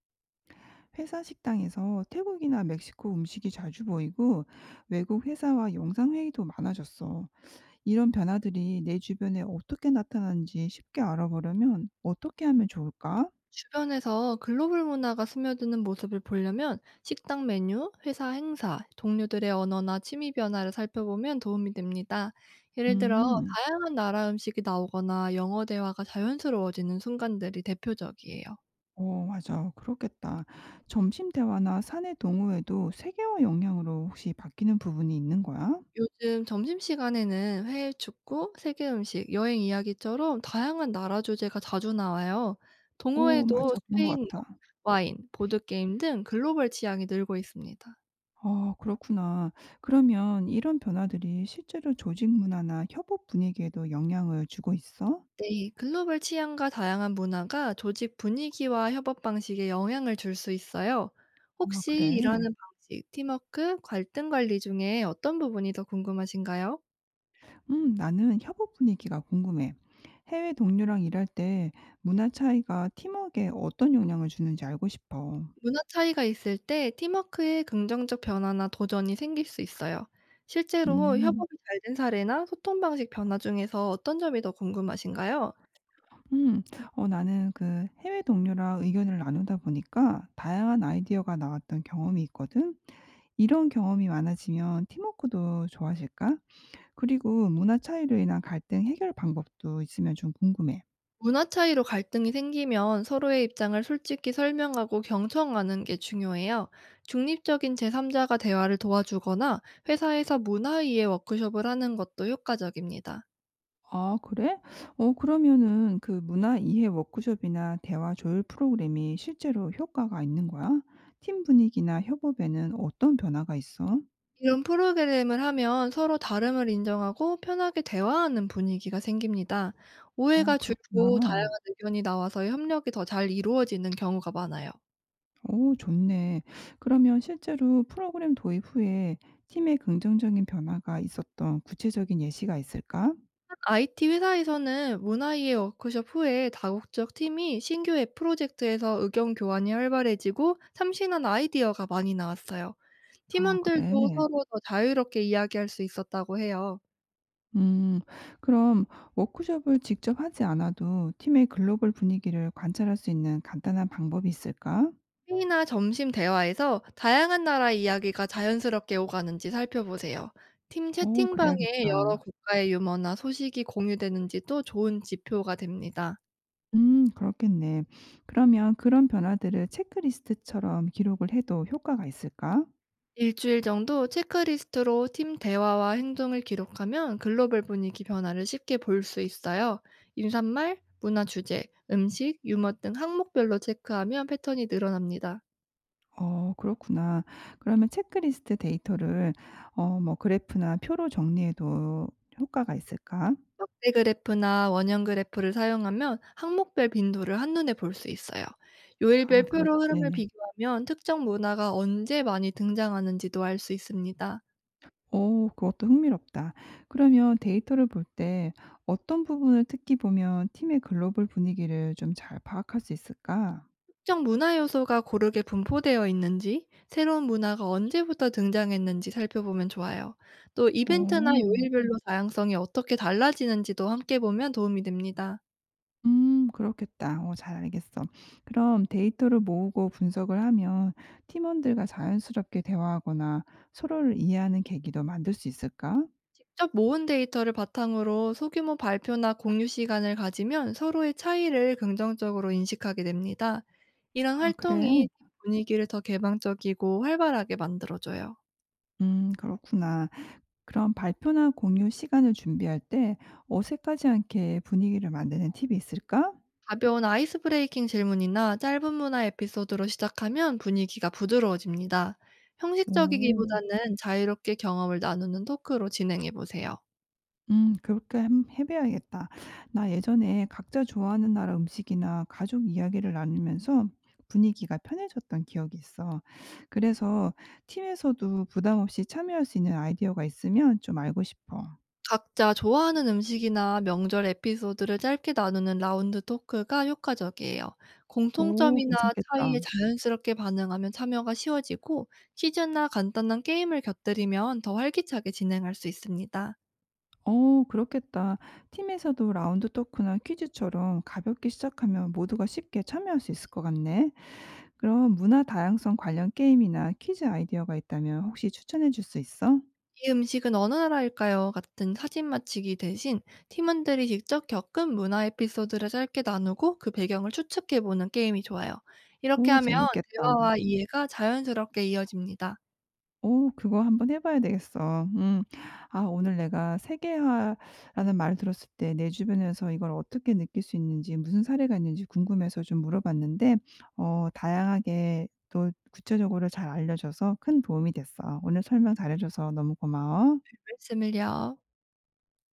회사 식당에서 태국이나 멕시코 음식이 자주 보이고 외국 회사와 영상회의도 많아졌어. 이런 변화들이 내 주변에 어떻게 나타나는지 쉽게 알아보려면 어떻게 하면 좋을까? 주변에서 글로벌 문화가 스며드는 모습을 보려면 식당 메뉴, 회사 행사, 동료들의 언어나 취미 변화를 살펴보면 도움이 됩니다. 예를 들어, 음, 다양한 나라 음식이 나오거나 영어 대화가 자연스러워지는 순간들이 대표적이에요. 어, 맞아. 그렇겠다. 점심 대화나 사내 동호회도 세계화 영향으로 혹시 바뀌는 부분이 있는 거야? 요즘 점심시간에는 해외 축구, 세계 음식, 여행 이야기처럼 다양한 나라 주제가 자주 나와요. 오, 동호회도 맞아. 그런 것 스페인 같아. 와인, 보드게임 등 글로벌 취향이 늘고 있습니다. 아, 그렇구나. 그러면 이런 변화들이 실제로 조직 문화나 협업 분위기에도 영향을 주고 있어? 네. 글로벌 취향과 다양한 문화가 조직 분위기와 협업 방식에 영향을 줄 수 있어요. 아 혹시 그래? 네. 일하는 방식, 팀워크, 갈등 관리 중에 어떤 부분이 더 궁금하신가요? 나는 협업 분위기가 궁금해. 해외 동료랑 일할 때 문화 차이가 팀워크에 어떤 영향을 주는지 알고 싶어. 문화 차이가 있을 때 팀워크에 긍정적 변화나 도전이 생길 수 있어요. 실제로 음. 협업이 잘 된 사례나 소통 방식 변화 중에서 어떤 점이 더 궁금하신가요? 음. 어 나는 그 해외 동료랑 의견을 나누다 보니까 다양한 아이디어가 나왔던 경험이 있거든. 이런 경험이 많아지면 팀워크도 좋아질까? 그리고 문화 차이로 인한 갈등 해결 방법도 있으면 좀 궁금해. 문화 차이로 갈등이 생기면 서로의 입장을 솔직히 설명하고 경청하는 게 중요해요. 중립적인 제3자가 대화를 도와주거나 회사에서 문화이해 워크숍을 하는 것도 효과적입니다. 아 그래? 어 그러면은 그 문화 이해 워크숍이나 대화 조율 프로그램이 실제로 효과가 있는 거야? 팀 분위기나 협업에는 어떤 변화가 있어? 이런 프로그램을 하면 서로 다름을 인정하고 편하게 대화하는 분위기가 생깁니다. 아 오해가 줄고 다양한 그렇구나. 의견이 나와서 협력이 더 잘 이루어지는 경우가 많아요. 오, 좋네. 그러면 실제로 프로그램 도입 후에 팀의 긍정적인 변화가 있었던 구체적인 예시가 있을까? IT 회사에서는 문화이의 워크숍 후에 다국적 팀이 신규 앱 프로젝트에서 의견 교환이 활발해지고 참신한 아이디어가 많이 나왔어요. 아 그래. 팀원들도 서로 더 자유롭게 이야기할 수 있었다고 해요. 음 그럼 워크숍을 직접 하지 않아도 팀의 글로벌 분위기를 관찰할 수 있는 간단한 방법이 있을까? 회의나 점심 대화에서 다양한 나라 이야기가 자연스럽게 오가는지 살펴보세요. 팀 오, 채팅방에 그래야겠다. 여러 국가의 유머나 소식이 공유되는지도 좋은 지표가 됩니다. 그렇겠네. 그러면 그런 변화들을 체크리스트처럼 기록을 해도 효과가 있을까? 일주일 정도 체크리스트로 팀 대화와 행동을 기록하면 글로벌 분위기 변화를 쉽게 볼 수 있어요. 인사말, 문화 주제, 음식, 유머 등 항목별로 체크하면 패턴이 늘어납니다. 어 그렇구나. 그러면 체크리스트 데이터를 어 뭐 그래프나 표로 정리해도 효과가 있을까? 역대 그래프나 원형 그래프를 사용하면 항목별 빈도를 한눈에 볼 수 있어요. 요일별 아 표로 흐름을 그렇지. 비교하면 특정 문화가 언제 많이 등장하는지도 알 수 있습니다. 오 그것도 흥미롭다. 그러면 데이터를 볼 때 어떤 부분을 특히 보면 팀의 글로벌 분위기를 좀 잘 파악할 수 있을까? 특정 문화 요소가 고르게 분포되어 있는지, 새로운 문화가 언제부터 등장했는지 살펴보면 좋아요. 또 이벤트나 어. 요일별로 다양성이 어떻게 달라지는지도 함께 보면 도움이 됩니다. 그렇겠다. 어 잘 알겠어. 그럼 데이터를 모으고 분석을 하면 팀원들과 자연스럽게 대화하거나 서로를 이해하는 계기도 만들 수 있을까? 직접 모은 데이터를 바탕으로 소규모 발표나 공유 시간을 가지면 서로의 차이를 긍정적으로 인식하게 됩니다. 이런 아 그래? 활동이 팀 분위기를 더 개방적이고 활발하게 만들어줘요. 그렇구나. 그럼 발표나 공유 시간을 준비할 때 어색하지 않게 분위기를 만드는 팁이 있을까? 가벼운 아이스 브레이킹 질문이나 짧은 문화 에피소드로 시작하면 분위기가 부드러워집니다. 오. 형식적이기보다는 자유롭게 경험을 나누는 토크로 진행해 보세요. 그렇게 함 해 봐야겠다. 나 예전에 각자 좋아하는 나라 음식이나 가족 이야기를 나누면서 분위기가 편해졌던 기억이 있어. 그래서 팀에서도 부담 없이 참여할 수 있는 아이디어가 있으면 좀 알고 싶어. 각자 좋아하는 음식이나 명절 에피소드를 짧게 나누는 라운드 토크가 효과적이에요. 오 공통점이나 괜찮겠다. 차이에 자연스럽게 반응하면 참여가 쉬워지고 퀴즈나 간단한 게임을 곁들이면 더 활기차게 진행할 수 있습니다. 어 그렇겠다. 팀에서도 라운드 토크나 퀴즈처럼 가볍게 시작하면 모두가 쉽게 참여할 수 있을 것 같네. 그럼 문화 다양성 관련 게임이나 퀴즈 아이디어가 있다면 혹시 추천해 줄 수 있어? "이 음식은 어느 나라일까요?" 같은 사진 맞히기 대신 팀원들이 직접 겪은 문화 에피소드를 짧게 나누고 그 배경을 추측해 보는 게임이 좋아요. 이렇게 오 하면 재밌겠다. 대화와 이해가 자연스럽게 이어집니다. 오 그거 한번 해 봐야 되겠어. 음. 아 오늘 내가 세계화라는 말을 들었을 때 내 주변에서 이걸 어떻게 느낄 수 있는지 무슨 사례가 있는지 궁금해서 좀 물어봤는데 어 다양하게 또 구체적으로 잘 알려 줘서 큰 도움이 됐어. 오늘 설명 잘해 줘서 너무 고마워. 말씀을요.